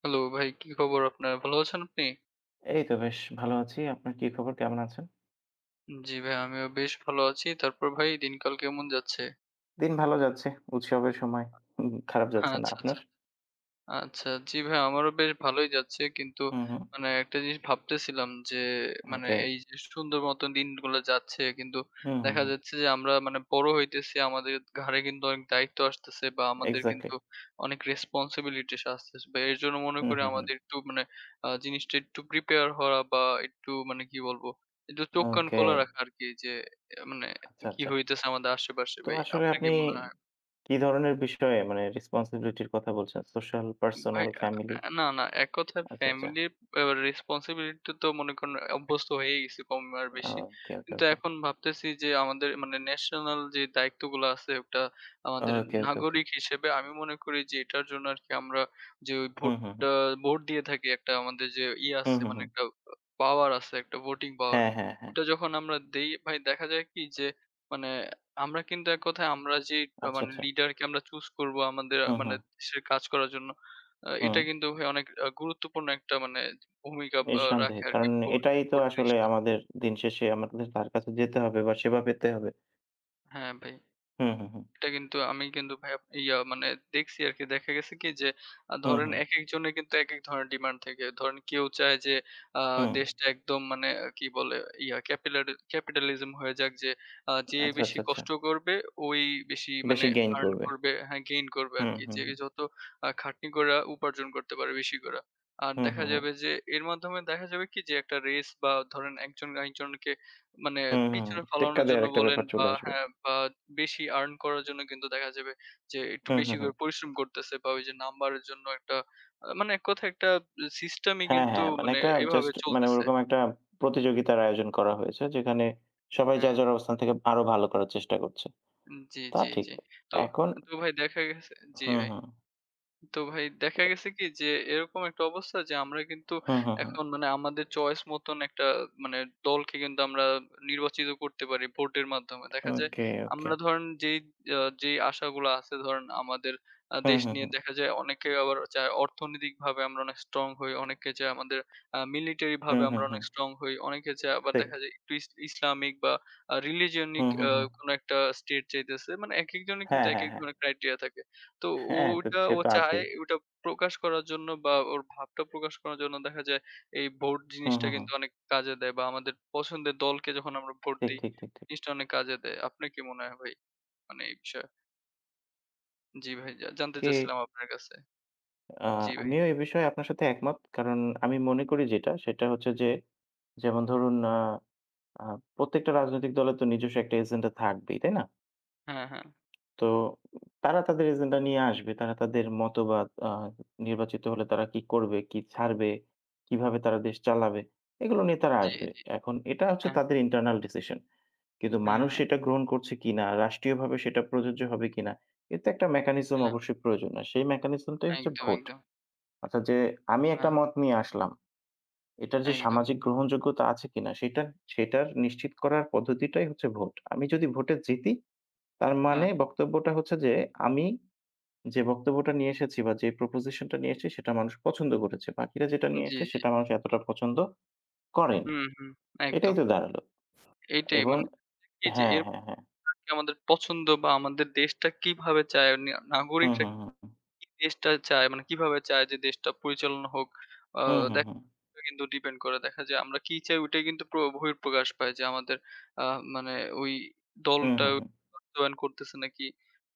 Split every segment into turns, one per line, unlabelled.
Hello ভাই, কি খবর আপনার? ভালো আছেন আপনি?
এই তো বেশ ভালো আছি। আপনার কি খবর? কেমন আছেন?
জি ভাই, আমিও বেশ ভালো আছি। তারপর ভাই দিনকাল কেমন যাচ্ছে?
দিন ভালো যাচ্ছে। উৎসবের সময়। হুম, খারাপ যাচ্ছে না।
আচ্ছা, আচ্ছা।
আপনার?
আচ্ছা। জি ভাই, আমারও বেশ ভালোই যাচ্ছে। কিন্তু
হুম, হুম।
মানে একটা জিনিস ভাবতেছিলাম যে মানে
ওকে।
এই যে সুন্দর মতো দিনগুলো যাচ্ছে, কিন্তু
হুম, হুম,
দেখা
হুম।
যাচ্ছে যে আমরা মানে বড় হইতেছি, আমাদের ঘাড়ে কিন্তু অনেক দায়িত্ব আসতেছে, বা আমাদের
এক্সাক্টলি।
কিন্তু অনেক রেসপন্সিবিলিটিস আসতেছে। বা এর জন্য মনে
হুম,
করি
হুম, হুম।
আমাদের একটু মানে জিনিসটা একটু প্রিপেয়ার হওয়া, বা একটু মানে কি বলবো? একটু চোখ কান
ওকে।
খোলা রাখা আরকি যে মানে
আচ্ছা,
কি
আচ্ছা।
হইতেছে আমাদের আশেপাশে,
তো
ভাই।
আসলে
আপনার
আপনি
কি মনে হয়?
কি ধরনের বিষয়ে মানে রেসপনসিবিলিটির কথা বলছেন? সোশ্যাল,
ভাই
পার্সোনাল, ফ্যামিলি?
না, না। এক কথায়
আচ্ছা, আচ্ছা।
ফ্যামিলির আ রেসপনসিবিলিটি তো মনে করেন অভ্যস্ত হয়েই গেছি কম আর বেশি।
ওকে, ওকে,
কিন্তু
ওকে।
এখন ভাবতেছি যে আমাদের মানে ন্যাশনাল যে দায়িত্বগুলো আছে, ওটা আমাদের
ওকে, ওকে, ওকে।
নাগরিক হিসেবে আমি মনে করি যে এটার জন্য আরকি আমরা যে ওই
হুম, হুম, হুম।
ভোটটা ভোট দিয়ে থাকি, একটা আমাদের যে ইয়ে
হুম,
আছে
হুম,
মানে
হুম।
একটা পাওয়ার আছে, একটা ভোটিং পাওয়ার।
হ্যাঁ, হ্যাঁ, হ্যাঁ।
ওটা যখন আমরা দেই, ভাই দেখা যায় কি যে মানে আমরা কিন্তু এক কথায় আমরা যে
আচ্ছা,
মানে
আচ্ছা।
লিডারকে আমরা চুজ করব আমাদের
হুম,
মানে
হুম,
দেশের কাজ করার জন্য। এটা
হুম।
কিন্তু, ভাই, অনেক গুরুত্বপূর্ণ একটা মানে ভূমিকা রাখে
নিঃসন্দেহে।
আরকি
কারণ
ভোট,
এটাই তো
ভোট
আসলে
জিনিসটা।
আমাদের দিন শেষে আমাদের তার কাছে যেতে হবে বা সেবা পেতে হবে।
হ্যাঁ ভাই।
হুম, হুম, হুম।
এটা কিন্তু আমি কিন্তু ভাই আপ মানে দেখছি আরকি। দেখা গেছে কি যে
হুম,
ধরেন
হুম,
একেক জনের কিন্তু একেক ধরনের ডিমান্ড থাকে। ধরেন কেউ চায় যে আ
হুম।
দেশটা একদম মানে কি বলে ক্যাপিলারি ক্যাপিটালিজম হয়ে যাক, যে যে
আচ্ছা,
বেশি
আচ্ছা, আচ্ছা।
কষ্ট করবে ওই বেশি মানে
বেশি গেইন
আর্ন
করবে।
করবে, হ্যাঁ গেইন করবে
হুম,
আরকি।
হুম,
যে
হুম।
যত খাটনি কইরা উপার্জন করতে পারে বেশি কইরা। আর
হুম,
দেখা
হুম, হুম।
যাবে যে এর মাধ্যমে দেখা যাবে কি যে একটা রেস, বা ধরেন একজন আরেকজনকে মানে
হুম, হুম, হুম।
পিছনে
টেক্কা
ফালানোর জন্য
দেয়ার একটা
বলেন
ব্যাপার
বা,
চলে আসবে।
হ্যাঁ, বা বেশি earn করার জন্য কিন্তু দেখা যাবে যে একটু
হুম,
বেশি
হুম,
করে
হুম।
পরিশ্রম করতেছে, বা ওই যে নাম্বারের জন্য একটা মানে এক কথায় একটা সিস্টেমই
হ্যাঁ,
কিন্তু
হ্যাঁ। মানে
মানে
একটা
এভাবে
জাস্ট মানে
চলতেছে।
ওরকম একটা প্রতিযোগিতার আয়োজন করা হয়েছে যেখানে সবাই
হ্যাঁ,
যার, যার অবস্থান থেকে আরো ভালো করার চেষ্টা করছে।
জি,
তা
জি,
ঠিক।
জি। তো
এখন
তো ভাই দেখা গেছে, জি
হুম,
ভাই।
হুম।
তো ভাই দেখা
তো-
গেছে কি যে এরকম একটা অবস্থা যে আমরা কিন্তু
হুম, হুম, হুম।
এখন মানে আমাদের চয়েস মতন একটা মানে দলকে কিন্তু আমরা নির্বাচিত করতে পারি ভোটের মাধ্যমে। দেখা যায়
ওকে, ওকে।
আমরা ধরেন যেই যেই আশাগুলো আছে ধরেন আমাদের
হুম,
দেশ
হুম,
নিয়ে,
হুম।
দেখা যায় অনেকে আবার চায় অর্থনৈতিক ভাবে আমরা অনেক স্ট্রং হই, অনেকে চায় আমাদের মিলিটারি ভাবে
হুম,
আমরা
হুম,
অনেক
হুম।
স্ট্রং হই, অনেকে চায় আবার
ঠিক।
দেখা যায় একটু ইসলামিক বা রিলিজিয়নিক
হুম, হুম, হুম।
কোনো একটা স্টেট চাইতেছে। মানে এক একজনের কিন্তু
হ্যাঁ,
এক
হ্যাঁ,
এক
হ্যাঁ।
ধরনের ক্রাইটেরিয়া থাকে। তো
হ্যাঁ, তো
ওটা
সে
ও
তো
চায়
আছেই।
ওটা প্রকাশ করার জন্য বা ওর ভাবটা প্রকাশ করার জন্য দেখা যায় এই ভোট
হুম,
জিনিসটা
হুম, হুম।
কিন্তু অনেক কাজে দেয়, বা আমাদের পছন্দের দলকে যখন আমরা ভোট
ঠিক,
দিই,
ঠিক, ঠিক, ঠিক।
জিনিসটা অনেক কাজে দেয়। আপনার কি মনে হয় ভাই? মানে এই বিষয়ে? জি ভাই, জা জানতে
কি
চাচ্ছিলাম আপনার কাছে।
আ
জি ভাই।
আমিও এ বিষয়ে আপনার সাথে একমত। কারণ আমি মনে করি যেটা, সেটা হচ্ছে যে, যেমন ধরুন আ আ প্রত্যেকটা রাজনৈতিক দলের তো নিজস্ব একটা এজেন্ডা থাকবেই, তাই না?
হ্যাঁ, হ্যাঁ।
তো তারা তাদের এজেন্ডা নিয়ে আসবে। তারা তাদের মতবাদ নির্বাচিত হলে তারা কি করবে, কি ছাড়বে, কিভাবে তারা দেশ চালাবে, এগুলো নিয়ে তারা
জি,
আসবে।
জি।
এখন এটা হচ্ছে
হ্যাঁ, হ্যাঁ,
তাদের ইন্টারনাল ডিসিশন। কিন্তু
হ্যাঁ,
মানুষ
হ্যাঁ।
সেটা গ্রহণ করছে কিনা, রাষ্ট্রীয়ভাবে সেটা প্রযোজ্য হবে কিনা, এর তো একটা মেকানিজম
হ্যাঁ,
অবশ্যই প্রয়োজন। আর সেই মেকানিজমটাই
হ্যাঁ।
হচ্ছে
একদম,
ভোট।
একদম।
অর্থাৎ যে আমি একটা
হ্যাঁ,
মত নিয়ে আসলাম। এটার যে
একদম।
সামাজিক গ্রহণযোগ্যতা আছে কিনা সেটা সেটার নিশ্চিত করার পদ্ধতিটাই হচ্ছে ভোট। আমি যদি ভোটে জিতি তার
হ্যাঁ।
মানে বক্তব্যটা হচ্ছে যে আমি যে বক্তব্যটা নিয়ে এসেছি বা যে প্রপোজিশনটা নিয়ে এসেছি সেটা মানুষ পছন্দ করেছে। বাকিরা যেটা নিয়ে
জি,
এসছে
জি।
সেটা মানুষ এতটা পছন্দ করেনি।
হুম, হুম।
এটাই
একদম।
তো দাঁড়ালো
এইটাই
এবং
মানে কি যে
হ্যাঁ,
এর
হ্যাঁ, হ্যাঁ।
মধ্যে আমাদের পছন্দ বা আমাদের দেশটা কিভাবে চায় নি
হুম,
নাগরিকরা,
হুম, হুম, হুম।
কি দেশটা চায়, মানে কিভাবে চায় যে দেশটা পরিচালনা হোক? আ
হুম, হুম,
দেখা
হুম।
যায় কিন্তু ডিপেন্ড করে। দেখা যায় আমরা কি চাই ওইটাই কিন্তু প্র বহিঃপ্রকাশ পায় যে আমাদের আ মানে ওই
হুম,
দলটা
হুম, হুম।
বাস্তবায়ন করতেছে নাকি,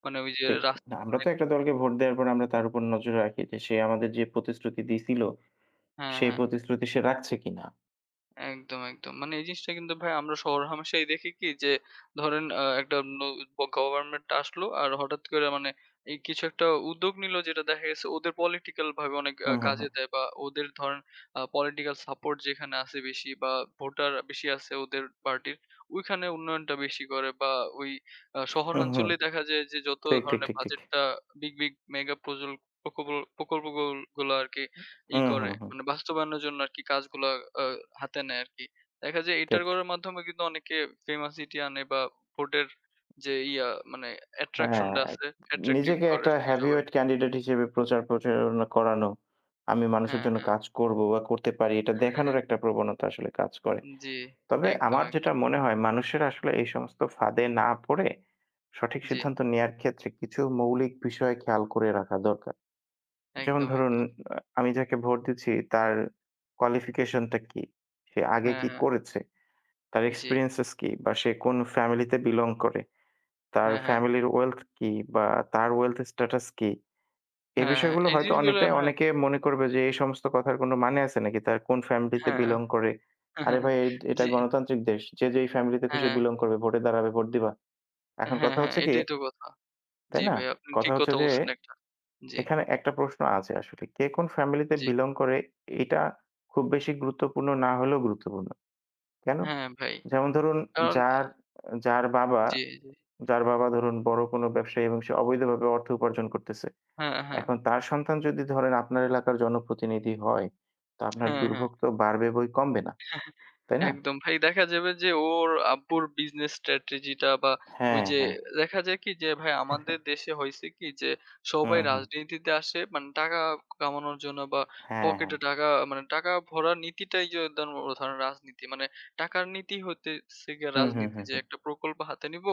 মানে ওই যে
ঠিক।
রাস্তা
না আমরা
বানায়।
তো একটা দলকে ভোট দেওয়ার পর আমরা তার উপর নজর রাখি যে সে আমাদের যে প্রতিশ্রুতি দিছিল,
হ্যাঁ,
সেই
হ্যাঁ।
প্রতিশ্রুতি সে রাখছে কিনা।
একদম, একদম। মানে এই জিনিসটা কিন্তু ভাই আমরা শহর-হামেশাই দেখি কি যে ধরেন একটা ন গভর্নমেন্ট আসলো আর হঠাৎ করে মানে এই কিছু একটা উদ্যোগ নিল যেটা দেখা গেছে ওদের পলিটিক্যাল ভাবে অনেক
হুম, হুম,
কাজে
হুম।
দেয়, বা ওদের ধরেন পলিটিক্যাল সাপোর্ট যেখানে আছে বেশি বা ভোটার বেশি আছে ওদের পার্টির, ওইখানে উন্নয়নটা বেশি করে, বা ওই
হুম, হুম।
শহরাঞ্চলে দেখা যায় যে যত
ঠিক, ঠিক,
ধরনের
ঠিক, ঠিক।
বাজেটটা বিগ, বিগ মেগা প্রকল্প প্রকল্পগুলো আরকি ই
হুম,
করে
হুম, হুম।
মানে বাস্তবায়নের জন্য আরকি কাজগুলা আ হাতে নেয় আরকি। দেখা যায় এটার
ঠিক।
করার মাধ্যমে কিন্তু অনেকে ফেমাসিটি আনে, বা ভোটের যে ইয়া মানে attraction
হ্যাঁ,
টা আছে, attractive
নিজেকে
করে
একটা
আরকি
heavyweight
সবাইকে।
ক্যান্ডিডেট হিসেবে প্রচার প্রচারণা করানো। আমি মানুষের
হ্যাঁ,
জন্য
হ্যাঁ।
কাজ করব বা করতে পারি এটা
হ্যাঁ
দেখানোর
হ্যাঁ,
একটা প্রবণতা আসলে কাজ করে।
জি,
তবে
একদম,
আমার যেটা
একদম।
মনে হয় মানুষের আসলে এই সমস্ত ফাঁদে না পড়ে সঠিক
জি,
সিদ্ধান্ত নেয়ার ক্ষেত্রে কিছু মৌলিক বিষয় খেয়াল করে রাখা দরকার। যেমন
একদম,
ধরুন
একদম।
আমি যাকে ভোট দিচ্ছি তার qualification টা কি? সে আগে
হ্যাঁ,
কি
হ্যাঁ।
করেছে? তার
জি।
experiences কি? বা সে কোন ফ্যামিলিতে belong করে? তার
হ্যাঁ, হ্যাঁ।
ফ্যামিলির wealth কি? বা তার wealth status কি? এই
হ্যাঁ, হ্যাঁ।
বিষয়গুলো
এই
হয়তো
জিনিসগুলো
অনেকটাই
হ্যাঁ,
অনেকে মনে করবে যে, এই সমস্ত কথার কোনো মানে আছে নাকি? তার কোন ফ্যামিলিতে
হ্যাঁ।
belong করে? আরে
হ্যাঁ,
ভাই এটা
জি।
গণতান্ত্রিক দেশ। যে যেই ফ্যামিলিতে খুশি
হ্যাঁ,
belong করবে ভোটে দাঁড়াবে, ভোট দিবা। এখন
হ্যাঁ,
কথা
হ্যাঁ।
হচ্ছে কি,
এটাই তো কথা। জি
তাই না?
ভাই, আপনি
কথা
ঠিক
হচ্ছে
কথা
যে
বলছেন একটা। জি,
এখানে একটা প্রশ্ন আছে আসলে। কে কোন ফ্যামিলিতে
জি।
বিলং করে এটা খুব বেশি গুরুত্বপূর্ণ না হলেও গুরুত্বপূর্ণ। কেন?
হ্যাঁ ভাই।
যেমন ধরুন
কারণ
যার যার বাবা
জি, জি।
যার বাবা ধরুন বড় কোনো ব্যবসায়ী এবং সে অবৈধভাবে অর্থ উপার্জন করতেছে।
হ্যাঁ, হ্যাঁ।
এখন তার সন্তান যদি ধরেন আপনার এলাকার জনপ্রতিনিধি হয়, তো আপনার
হ্যাঁ, হ্যাঁ।
দুর্ভোগ তো বাড়বে বৈ কমবে না। তাই না?
একদম, ভাই, দেখা যাবে যে ওর আব্বুর বিজনেস স্ট্র্যাটেজি টা বা ওই
হ্যাঁ,
যে
হ্যাঁ।
দেখা যায় কি যে, ভাই, আমাদের দেশে হইছে কি যে সবাই
হুম, হুম।
রাজনীতিতে আসে মানে টাকা কামানোর জন্য, বা
হ্যাঁ, হ্যাঁ।
পকেটে টাকা মানে টাকা ভরার নীতিটাই যে ধরেন রাজনীতি। মানে টাকার নীতি হইতেছে গিয়ে
হুম, হুম,
রাজনীতি।
হুম,
যে
হুম।
একটা প্রকল্প হাতে নিব,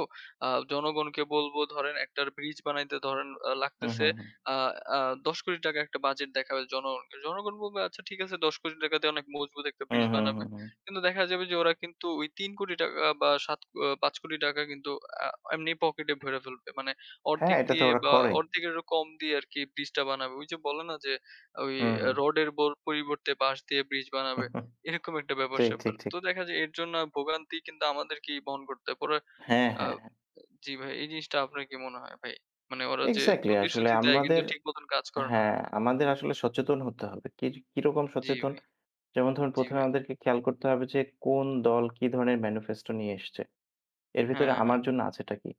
জনগণকে বলব ধরেন একটা ব্রিজ বানাইতে ধরেন
হুম,
লাগতেছে
হুম, হুম।
আ আ ৳১০,০০,০০,০০০, একটা বাজেট দেখাবে জনগণকে। জনগণ বলবে আচ্ছা ঠিক আছে ৳১০,০০,০০,০০০ দিয়ে অনেক মজবুত একটা
হুম,
ব্রিজ
হুম,
বানাবে।
হুম, হুম।
কিন্তু দেখা যাবে যে ওরা কিন্তু ওই ৩,০০,০০,০০০ বা সাত ৳৫,০০,০০,০০০ কিন্তু আ এমনি পকেটে ভরে ফেলবে। মানে
হ্যাঁ,
অর্ধেক
এটা তো
দিয়ে
ওরা
বা
করে।
অর্ধেকেরও কম দিয়ে আরকি ব্রিজটা বানাবে। ওই যে বলে না যে ওই
হুম, হুম।
রডের বর পরিবর্তে বাঁশ দিয়ে ব্রিজ বানাবে। এরকম একটা
ঠিক,
ব্যাপার-স্যাপার।
ঠিক, ঠিক।
তো দেখা যায় এর জন্য ভোগান্তি কিন্তু আমাদেরকেই বহন করতে হয়। পরে
হ্যাঁ,
আ
হ্যাঁ, হ্যাঁ।
জি ভাই, এই জিনিসটা আপনার কি মনে হয় ভাই? মানে ওরা যে
এক্সাক্টলি আসলে
প্রতিশ্রুতি দেয় কিন্তু
আমাদের
ঠিক মতন কাজ করে না।
হ্যাঁ, আমাদের আসলে সচেতন হতে হবে। কি কিরকম
জি
সচেতন?
ভাই,
যেমন ধরুন
জি
১ম এ
ভাই।
আমাদেরকে খেয়াল করতে হবে যে কোন দল কি ধরনের ম্যানিফেস্টো নিয়ে এসছে। এর ভিতরে
হ্যাঁ, হ্যাঁ।
আমার জন্য আছেটা কি?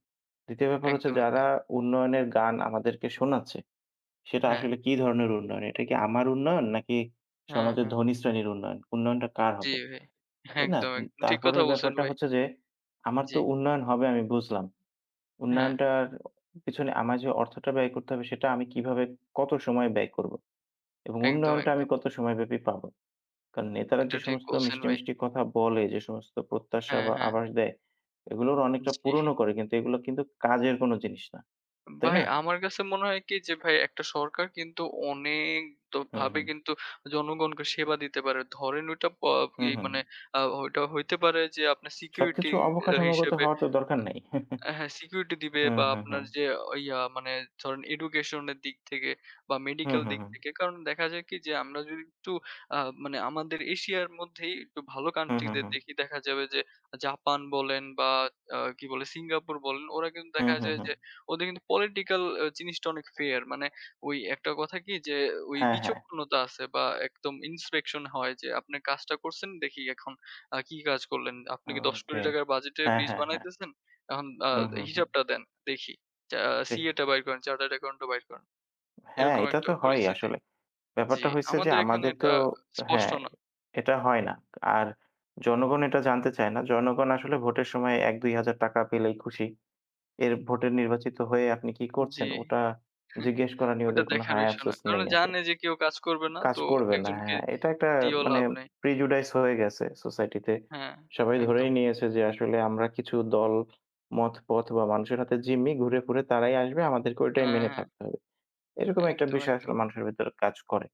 ২য় ব্যাপার হচ্ছে
একদম,
যারা
একদম।
উন্নয়নের গান আমাদেরকে শোনাচ্ছে, সেটা
হ্যাঁ,
আসলে কি ধরনের উন্নয়ন? এটা কি আমার উন্নয়ন নাকি
হ্যাঁ,
সমাজের
হ্যাঁ।
ধনী শ্রেণীর উন্নয়ন? উন্নয়নটা কার
জি
হবে?
ভাই।
তাই না?
একদম,
উম
একদম। ঠিক কথা
তারপরের
বলছেন
ব্যাপারটা
ভাই।
হচ্ছে যে আমার
জি।
তো উন্নয়ন হবে আমি বুঝলাম।
হ্যাঁ,
উন্নয়নটার পিছনে আমার যে অর্থটা ব্যয় করতে হবে সেটা আমি কিভাবে কত সময় ব্যয় করব এবং
একদম,
উন্নয়নটা আমি
একদম।
কত সময়ব্যাপী পাবো। কারণ নেতারা
এটা
যে
ঠিক
সমস্ত
বলছেন
মিষ্টি,
ভাই।
মিষ্টি কথা বলে, যে সমস্ত প্রত্যাশা
হ্যাঁ,
বা
হ্যাঁ।
আভাস দেয়, এগুলোর অনেকটা
জি।
পূরণও করে কিন্তু এগুলো কিন্তু কাজের কোনো জিনিস না। তাই
ভাই,
না?
আমার কাছে মনে হয় কি যে ভাই একটা সরকার কিন্তু অনেক দ
হুম,
ভাবে
হুম।
কিন্তু জনগণকে সেবা দিতে পারে। ধরেন ওইটা প
হুম,
ই
হুম। হুম।
মানে ওইটা হইতে পারে যে আপনার সিকিউরিটি
সবকিছু অবকাঠামোগত
হিসেবে
হওয়ার তো দরকার নাই।
হ্যাঁ, সিকিউরিটি দিবে,
হুম,
বা
হুম,
আপনার
হুম।
যে ইয়া মানে ধরেন education এর দিক থেকে বা
হুম,
মেডিকেল
হুম,
দিক
হুম।
থেকে। কারণ দেখা যায় কি যে আমরা যদি একটু আ মানে আমাদের এশিয়ার মধ্যেই একটু ভালো
হুম,
country
হুম,
দের
হুম।
দেখি, দেখা যাবে যে জাপান বলেন বা কি বলে সিঙ্গাপুর বলেন, ওরা কিন্তু
হুম,
দেখা
হুম,
যায়
হুম।
যে ওদের কিন্তু political জিনিসটা অনেক fair মানে ওই একটা কথা কি যে ওই
হ্যাঁ, হ্যাঁ।
বিচক্ষণতা আছে, বা একদম inspection হয় যে আপনি কাজটা করছেন দেখি এখন কি কাজ করলেন? আপনি কি ১০ কোটি
ওকে।
টাকার বাজেটে
হ্যাঁ,
ব্রিজ
হ্যাঁ, হ্যাঁ।
বানাইতেছেন? এখন
হুম, হুম, হুম।
হিসাবটা দেন। দেখি। চা
ঠিক।
সিএ টা বাইর করেন, চার্টার্ড অ্যাকাউন্ট টা বাইর করেন।
হ্যাঁ,
এরকম
এটা
একটা
তো হয়ই
পরিস্থিতি।
আসলে।
জি,
ব্যাপারটা হইছে যে
আমাদের এখানে
আমাদের তো
এটা স্পষ্ট
হ্যাঁ,
না।
এটা হয় না। আর জনগণ এটা জানতে চায় না। জনগণ আসলে ভোটের সময় ৳১-৳২,০০০ পেলেই খুশি। এর ভোটে নির্বাচিত হয়ে আপনি কি
জি,
করছেন? ওটা জিজ্ঞেস করা নিয়ে
ওটা
ওদের কোনো
দেখার
হায়
বিষয় না।
আফসোস
কারণ
নেই আসলে।
জানে যে কেউ কাজ করবে না।
কাজ
তো
করবে না।
একজনকে
হ্যাঁ, এটা একটা
দিয়েও
মানে
লাভ নাই।
প্রিজুডাইস হয়ে গেছে সোসাইটিতে।
হ্যাঁ,
সবাই
একদম।
ধরেই নিয়েছে যে আসলে আমরা কিছু দল, মত, পথ বা মানুষের হাতে জিম্মি। ঘুরে ফিরে তারাই আসবে। আমাদেরকে ওইটাই
হ্যাঁ,
মেনে
হ্যাঁ।
থাকতে হবে। এরকম একটা
একদম,
বিষয়
একদম।
আসলে মানুষের ভেতরে কাজ করে।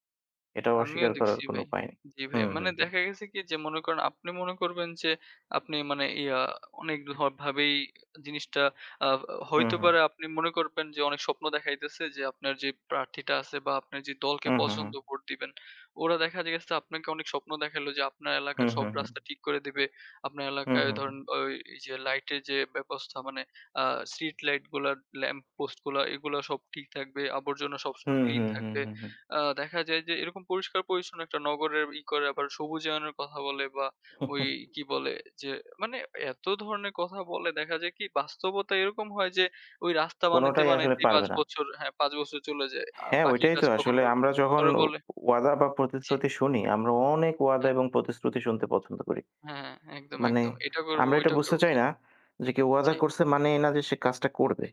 এটা
আমিও
অস্বীকার করার
দেখছি
কোনো
ভাই।
উপায় নেই।
জি ভাই।
হুম,
মানে
হুম, হুম,
দেখা গেছে কি যে মনে করেন আপনি মনে করবেন যে আপনি মানে ইয়া অনেক ধ ভাবেই জিনিসটা আ
হুম,
হইতে
হুম,
পারে আপনি মনে করবেন যে অনেক স্বপ্ন দেখাইতেছে যে আপনার যে প্রার্থীটা আছে বা আপনার যে দলকে
হুম, হুম,
পছন্দ ভোট দিবেন। ওরা দেখা গেছে আপনাকে অনেক স্বপ্ন দেখাইলো যে আপনার এলাকার
হুম,
সব
হুম,
রাস্তা ঠিক করে দিবে। আপনার
হুম,
এলাকায়
হুম, হুম,
ধরেন ওই এই যে লাইটের যে ব্যবস্থা মানে আ স্ট্রিট লাইট গুলা, ল্যাম্প পোস্ট গুলা এগুলা সব ঠিক থাকবে। আবর্জনা সবসময়
হুম,
ক্লিন
হুম, হুম,
থাকবে।
হুম, হুম।
দেখা যায় যে এরকম পরিষ্কার-পরিচ্ছন্ন একটা নগরের ই করে, আবার সবুজায়নের কথা বলে বা ওই কি বলে যে মানে এত ধরনের কথা বলে, দেখা যায় কি বাস্তবতা এরকম হয় যে ওই রাস্তা বানাইতে,
কোনোটাই আসলে
বানাইতেই ৫
পারবে না।
বছর, হ্যাঁ, ৫ বছর চলে যায়।
হ্যাঁ,
বাকি
ওইটাই
কাজ
তো
কখন
আসলে
করবে?
আমরা যখন
পরে বলে
ওয়াদা বা
জি,
প্রতিশ্রুতি শুনি, আমরা অনেক ওয়াদা
হ্যাঁ,
এবং প্রতিশ্রুতি শুনতে পছন্দ করি।
হ্যাঁ, হ্যাঁ, একদম,
মানে
একদম। এটা করব,
আমরা এটা
ওইটা
বুঝতে
করব।
চাই না যে কেউ
জি,
ওয়াদা করছে মানে এই না যে সে কাজটা করবে।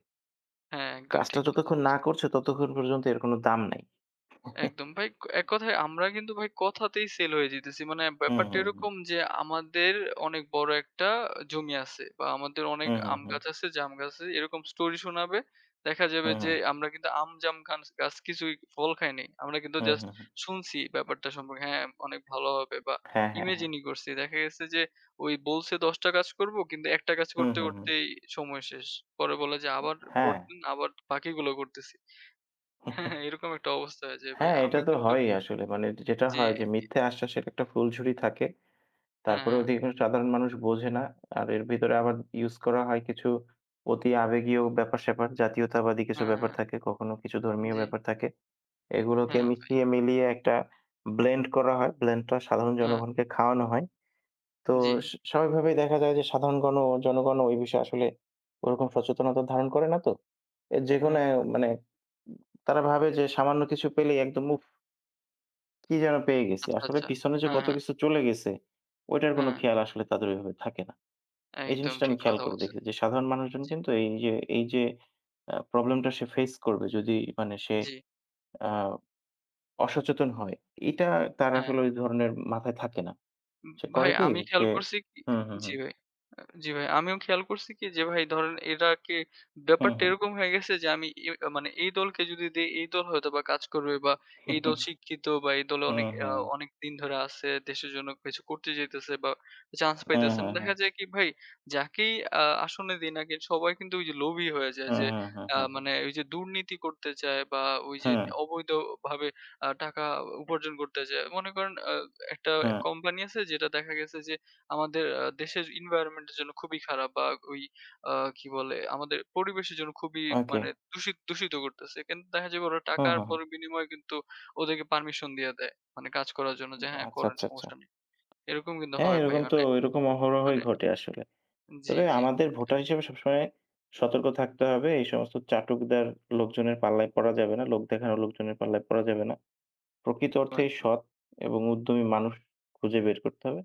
হ্যাঁ, একদম
কাজটা
ঠিক কথা
যতক্ষণ
বল
না করছে ততক্ষণ পর্যন্ত এর কোনো দাম নাই।
একদম ভাই এক কথায় আমরা কিন্তু ভাই কথাতেই সেল হয়ে যাইতেছি। মানে
হুম,
ব্যাপারটা
হুম, হুম,
এরকম যে আমাদের অনেক বড় একটা জমি আছে, বা আমাদের অনেক
হুম, হুম,
আম
হুম,
গাছ আছে, জাম গাছ আছে। এরকম স্টোরি শোনাবে। দেখা যাবে
হুম,
যে
হুম,
আমরা কিন্তু আম, জাম গান গাছ কিছুই ফল খাই নাই। আমরা কিন্তু
হুম,
জাস্ট
হুম, হুম,
শুনছি ব্যাপারটা সম্পর্কে। হ্যাঁ, অনেক ভালো হবে বা
হ্যাঁ, হ্যাঁ, হ্যাঁ,
ইমাজিনই করছি। দেখা গেছে যে ওই বলছে ১০ টা কাজ করব কিন্তু একটা কাজ
হুম,
করতে,
হুম, হুম,
করতেই সময় শেষ। পরে বলে যে আবার
হ্যাঁ।
ভোট দিন, আবার বাকিগুলো করতেছি। হ্যাঁ, হ্যাঁ, এরকম একটা অবস্থা হয়ে যায় ভাই।
হ্যাঁ, এটা
আমি
তো
কিন্তু
হয়ই আসলে। মানে যেটা
জি।
হয় যে মিথ্যে আশ্বাসের একটা ফুলঝুরি থাকে।
হ্যাঁ,
তারপরে
হ্যাঁ।
অধিকাংশ সাধারণ মানুষ বোঝে না। আর এর ভিতরে আবার ইউজ করা হয় কিছু অতি আবেগীয় ব্যাপার-স্যাপার, জাতীয়তাবাদী কিছু
হ্যাঁ,
ব্যাপার
হ্যাঁ।
থাকে, কখনো কিছু ধর্মীয়
জি।
ব্যাপার থাকে। এগুলোকে
হ্যাঁ, ভাই।
মিশিয়ে মিলিয়ে একটা ব্লেন্ড করা হয়। ব্লেন্ডটা সাধারণ
হ্যাঁ,
জনগণকে খাওয়ানো হয়। তো
জি।
স্বাভাবিকভাবেই দেখা যায় যে সাধারণ জনগণও ওই বিষয়ে আসলে ওরকম সচেতনতা ধারণ করে না তো। এ যেকোনো
হ্যাঁ।
মানে তারা ভাবে যে সামান্য কিছু পেলেই একদম উফ! কি যেন পেয়ে গেছি।
আচ্ছা,
আসলে
আচ্ছা।
পিছনে যে
হ্যাঁ,
কত
হ্যাঁ,
কিছু চলে গেছে, ওইটার কোনো
হ্যাঁ।
খেয়াল আসলে তাদের ওইভাবে থাকে না। এই
একদম
জিনিসটা আমি
ঠিক
খেয়াল
কথা
করে
বলছেন।
দেখেছি যে সাধারণ মানুষজন
জি,
কিন্তু এই যে প্রবলেমটা সে ফেস করবে যদি মানে সে
জি।
আ অসচেতন হয়, এটা তার
হ্যাঁ।
আসলে ওই ধরনের মাথায় থাকে না। সে
ভাই
করে কি
আমি খেয়াল
সে
করছি কি
হুম, হুম,
জি
হুম।
ভাই। জি ভাই। আমিও খেয়াল করছি কি যে ভাই ধরেন এটাকে
হুম,
ব্যাপারটা
হুম।
এরকম হয়ে গেছে যে আমি এ মানে এই দলকে যদি দেই এই দল হয়তোবা কাজ করবে, বা এই দল শিক্ষিত, বা এই দলে অনেক
হুম, হুম।
অনেক দিন ধরে আছে, দেশের জন্য কিছু করতে চাইতেছে বা চান্স
হ্যাঁ,
পাইতেছেন।
হ্যাঁ,
দেখা
হ্যাঁ।
যায় কি ভাই যাকেই আসনে দেই না কেন সবাই কিন্তু ওই যে লোভী হয়ে যায়
হ্যাঁ,
যে
হ্যাঁ, হ্যাঁ, হ্যাঁ, হ্যাঁ।
মানে ওই যে দুর্নীতি করতে চায় বা ওই যে
হ্যাঁ,
অবৈধভাবে টাকা উপার্জন করতে চায়। মনে করেন একটা
হ্যাঁ।
কোম্পানি আছে যেটা দেখা গেছে যে আমাদের দেশের environment এর জন্য খুবই খারাপ, বা ওই কি বলে আমাদের পরিবেশের জন্য খুবই
ওকে।
মানে দূষিত দূষিত করতেছে, কিন্তু দেখা যাবে ওরা
হুম,
টাকার
হুম, হুম।
পর বিনিময়ে কিন্তু ওদেরকে পারমিশন দিয়ে দেয় মানে কাজ করার জন্য যে হ্যাঁ
আচ্ছা,
করেন
আচ্ছা, আচ্ছা।
সমস্যা নেই। এরকম কিন্তু
হ্যাঁ,
হয় ভাই
এরকম তো
মানে
এরকম অহরহই
মানে
ঘটে আসলে।
জি
তবে
জি
আমাদের ভোটার হিসেবে সবসময় সতর্ক থাকতে হবে। এই সমস্ত চাটুকদার লোকজনের পাল্লায় পড়া যাবে না। লোক দেখানো লোকজনের পাল্লায় পড়া যাবে না। প্রকৃত
একদম
অর্থেই
একদম।
সৎ এবং উদ্যমী মানুষ খুঁজে বের করতে হবে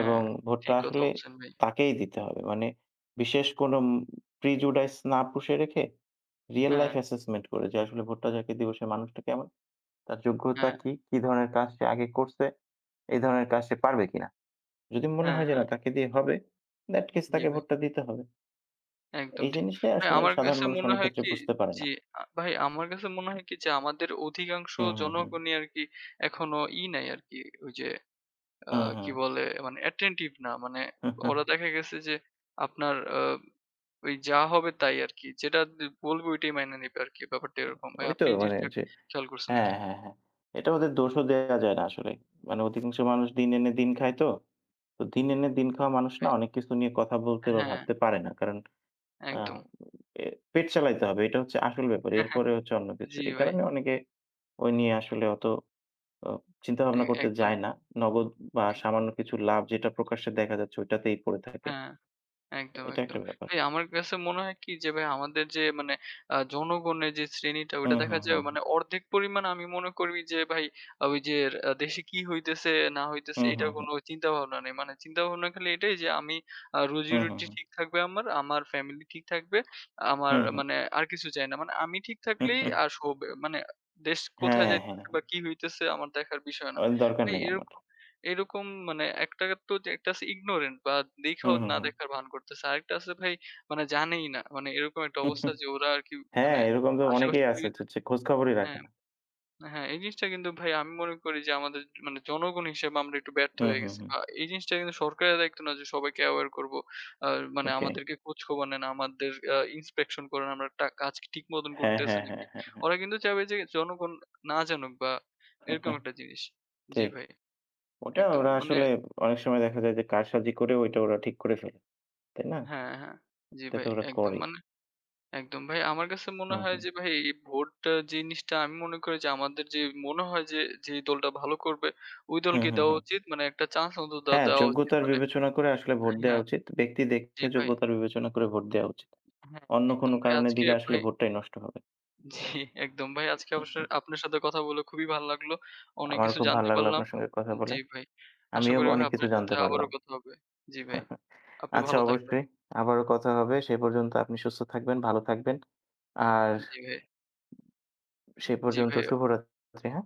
এবং ভোটটা
ঠিক কথা
আসলে
বলছেন ভাই
তাকেই দিতে হবে। মানে বিশেষ কোনো উম প্রিজুডাইস না পুষে রেখে রিয়াল
হ্যাঁ
লাইফ অ্যাসেসমেন্ট করে যে আসলে ভোটটা যাকে দিব সে মানুষটা কেমন? তার যোগ্যতা
হ্যাঁ
কি? কি ধরনের কাজ সে আগে করছে? এই ধরনের কাজ সে পারবে কিনা? যদি মনে
হ্যাঁ
হয় যে না
হ্যাঁ
তাকে দিয়ে হবে, in that case
জি
তাকে
ভাই
ভোটটা দিতে হবে।
একদম
এই
ঠিক।
জিনিসটাই
ভাই
আসলে
আমার
সাধারণ
কাছে
মানুষ
মনে
অনেক
হয়
ক্ষেত্রে
কি
বুঝতে পারে না।
জি, ভাই আমার কাছে মনে হয় কি যে আমাদের অধিকাংশ
হুম, হুম, হুম।
জনগণই আরকি এখনো ই নাই আরকি ওই যে আ
হুম,
কি
হুম।
বলে মানে attentive না। মানে
হুম, হুম।
ওরা দেখা গেছে যে আপনার ওই যা হবে তাই আরকি। যেটা দে বলবে ওইটাই মাইনে নিবে আরকি। ব্যাপারটা এরকম। ভাই
ওই তো
আপনি এই
মানে
জিনিসটা
যে
খেয়াল করছেন
হ্যাঁ,
নাকি?
হ্যাঁ, হ্যাঁ। এটা ওদের দোষও দেয়া যায় না আসলে। মানে অধিকাংশ মানুষ দিন এনে দিন খায় তো। তো দিন এনে দিন খাওয়া মানুষ না
ভাই
অনেক কিছু নিয়ে কথা বলতে বা
হ্যাঁ,
ভাবতে পারে না। কারণ আ
একদম।
এ পেট চালাইতে হবে। এটা হচ্ছে আসল ব্যাপার। এরপরে হচ্ছে অন্য কিছু।
জি
এই
ভাই।
কারণে অনেকে ওই নিয়ে আসলে অত অ
এ
চিন্তাভাবনা করতে
একদম।
যায় না। নগদ বা
এ
সামান্য কিছু লাভ যেটা প্রকাশ্যে দেখা যাচ্ছে ওইটাতেই পড়ে থাকে।
হ্যাঁ। একদম,
এটা
একদম।
একটা ব্যাপার।
ভাই আমার কাছে মনে হয় কি যে ভাই আমাদের যে মানে জনগণের যে শ্রেণীটা ওইটা
হুম,
দেখা
হুম,
যায়
হুম, হুম।
মানে অর্ধেক পরিমাণ আমি মনে করি যে ভাই ওই যে দেশে কি হইতেছে না হইতেছে
হুম, হুম,
এটার কোন
হুম।
চিন্তা ভাবনা নেই। মানে চিন্তা ভাবনা খালি এটাই যে আমি
হুম, হুম,
রুজি-রুটি
হুম।
ঠিক থাকবে আমার, আমার ফ্যামিলি ঠিক থাকবে। আমার
হুম,
মানে আর কিছু চাই না। মানে আমি ঠিক থাকলেই
হুম।
আর সব মানে দেশ
হ্যাঁ,
কোথায়
হ্যাঁ,
যাইতেছে
হ্যাঁ।
বা কি হইতেছে আমার দেখার বিষয় না।
ওর দরকার
ভাই
নেই আমার।
এরকম এরকম মানে একটা তো যে একটা আছে ignorant, বা
হুম,
দেখাও
হুম,
না
হুম।
দেখার ভান করতেছে। আরেকটা আছে ভাই মানে জানেই না। মানে এরকম একটা অবস্থা যে ওরা আরকি
হ্যাঁ,
মানে
এরকম তো
আশেপাশে
অনেকেই আছে
টিভিতে
যে যে খোঁজ খবরই রাখে
হ্যাঁ,
না।
হ্যাঁ এই জিনিসটা কিন্তু ভাই আমি মনে করি যে আমাদের মানে জনগণ হিসেবে আমরা একটু ব্যর্থ
হুম,
হয়ে
হুম,
গেছি।
হুম।
এই জিনিসটা কিন্তু সরকারের দায়িত্ব না যে সবাইকে aware করবো। আ মানে
ওকে।
আমাদেরকে খোঁজ খবর নেন, আমাদের inspection করেন, আমরা টা কাজ কি ঠিক মতন
হ্যাঁ,
করতেছে
হ্যাঁ,
নাকি।
হ্যাঁ, হ্যাঁ, হ্যাঁ।
ওরা কিন্তু চাইবে যে জনগণ না জানুক বা এরকম একটা জিনিস। জি
ঠিক।
ভাই,
ওটা
একদম
ওরা
মানে
আসলে অনেক সময় দেখা যায় যে কারসাজি করে ওইটা ওরা ঠিক করে ফেলে। তাই না?
হ্যাঁ, হ্যাঁ। জি
এটা
ভাই
তো ওরা
একদম
করেই।
মানে একদম ভাই আমার কাছে মনে
হুম,
হয়
হুম।
যে ভাই এই ভোট জিনিসটা আমি মনে করি যে আমাদের যে মনে হয় যে, যে দলটা ভালো করবে ওই
হুম,
দলকে
হুম,
দেওয়া
হুম।
উচিত। মানে একটা চান্স অন্তত দে
হ্যাঁ,
দেওয়া উচিত।
যোগ্যতার
মানে
বিবেচনা করে আসলে ভোট
হ্যাঁ,
দেওয়া উচিত। ব্যক্তি
জি
দেখে
ভাই।
যোগ্যতার বিবেচনা করে ভোট দেওয়া উচিত।
হ্যাঁ,
অন্য
একদম
কোনো
ভাই
কারণে
আজকে
দিলে আসলে
ভাই
ভোটটাই নষ্ট হবে।
জি একদম ভাই আজকে অবশ্যই আপনার সাথে কথা বলে খুবই ভালো লাগলো। অনেক
আমারও
কিছু
খুব ভালো
জানতে
লাগলো
পারলাম।
আপনার সঙ্গে কথা বলে।
জি ভাই। আশা
আমিও
করি ভাই
অনেক কিছু
আপনার সাথে
জানতে
আবারও
পারলাম।
কথা হবে। জি ভাই। আপনি
আচ্ছা
ভালো থাকবেন।
অবশ্যই। আবারও কথা হবে। সেই পর্যন্ত আপনি সুস্থ থাকবেন, ভালো থাকবেন। আর
জি ভাই।
সেই
জি
পর্যন্ত
ভাই।
শুভরাত্রি, হ্যাঁ?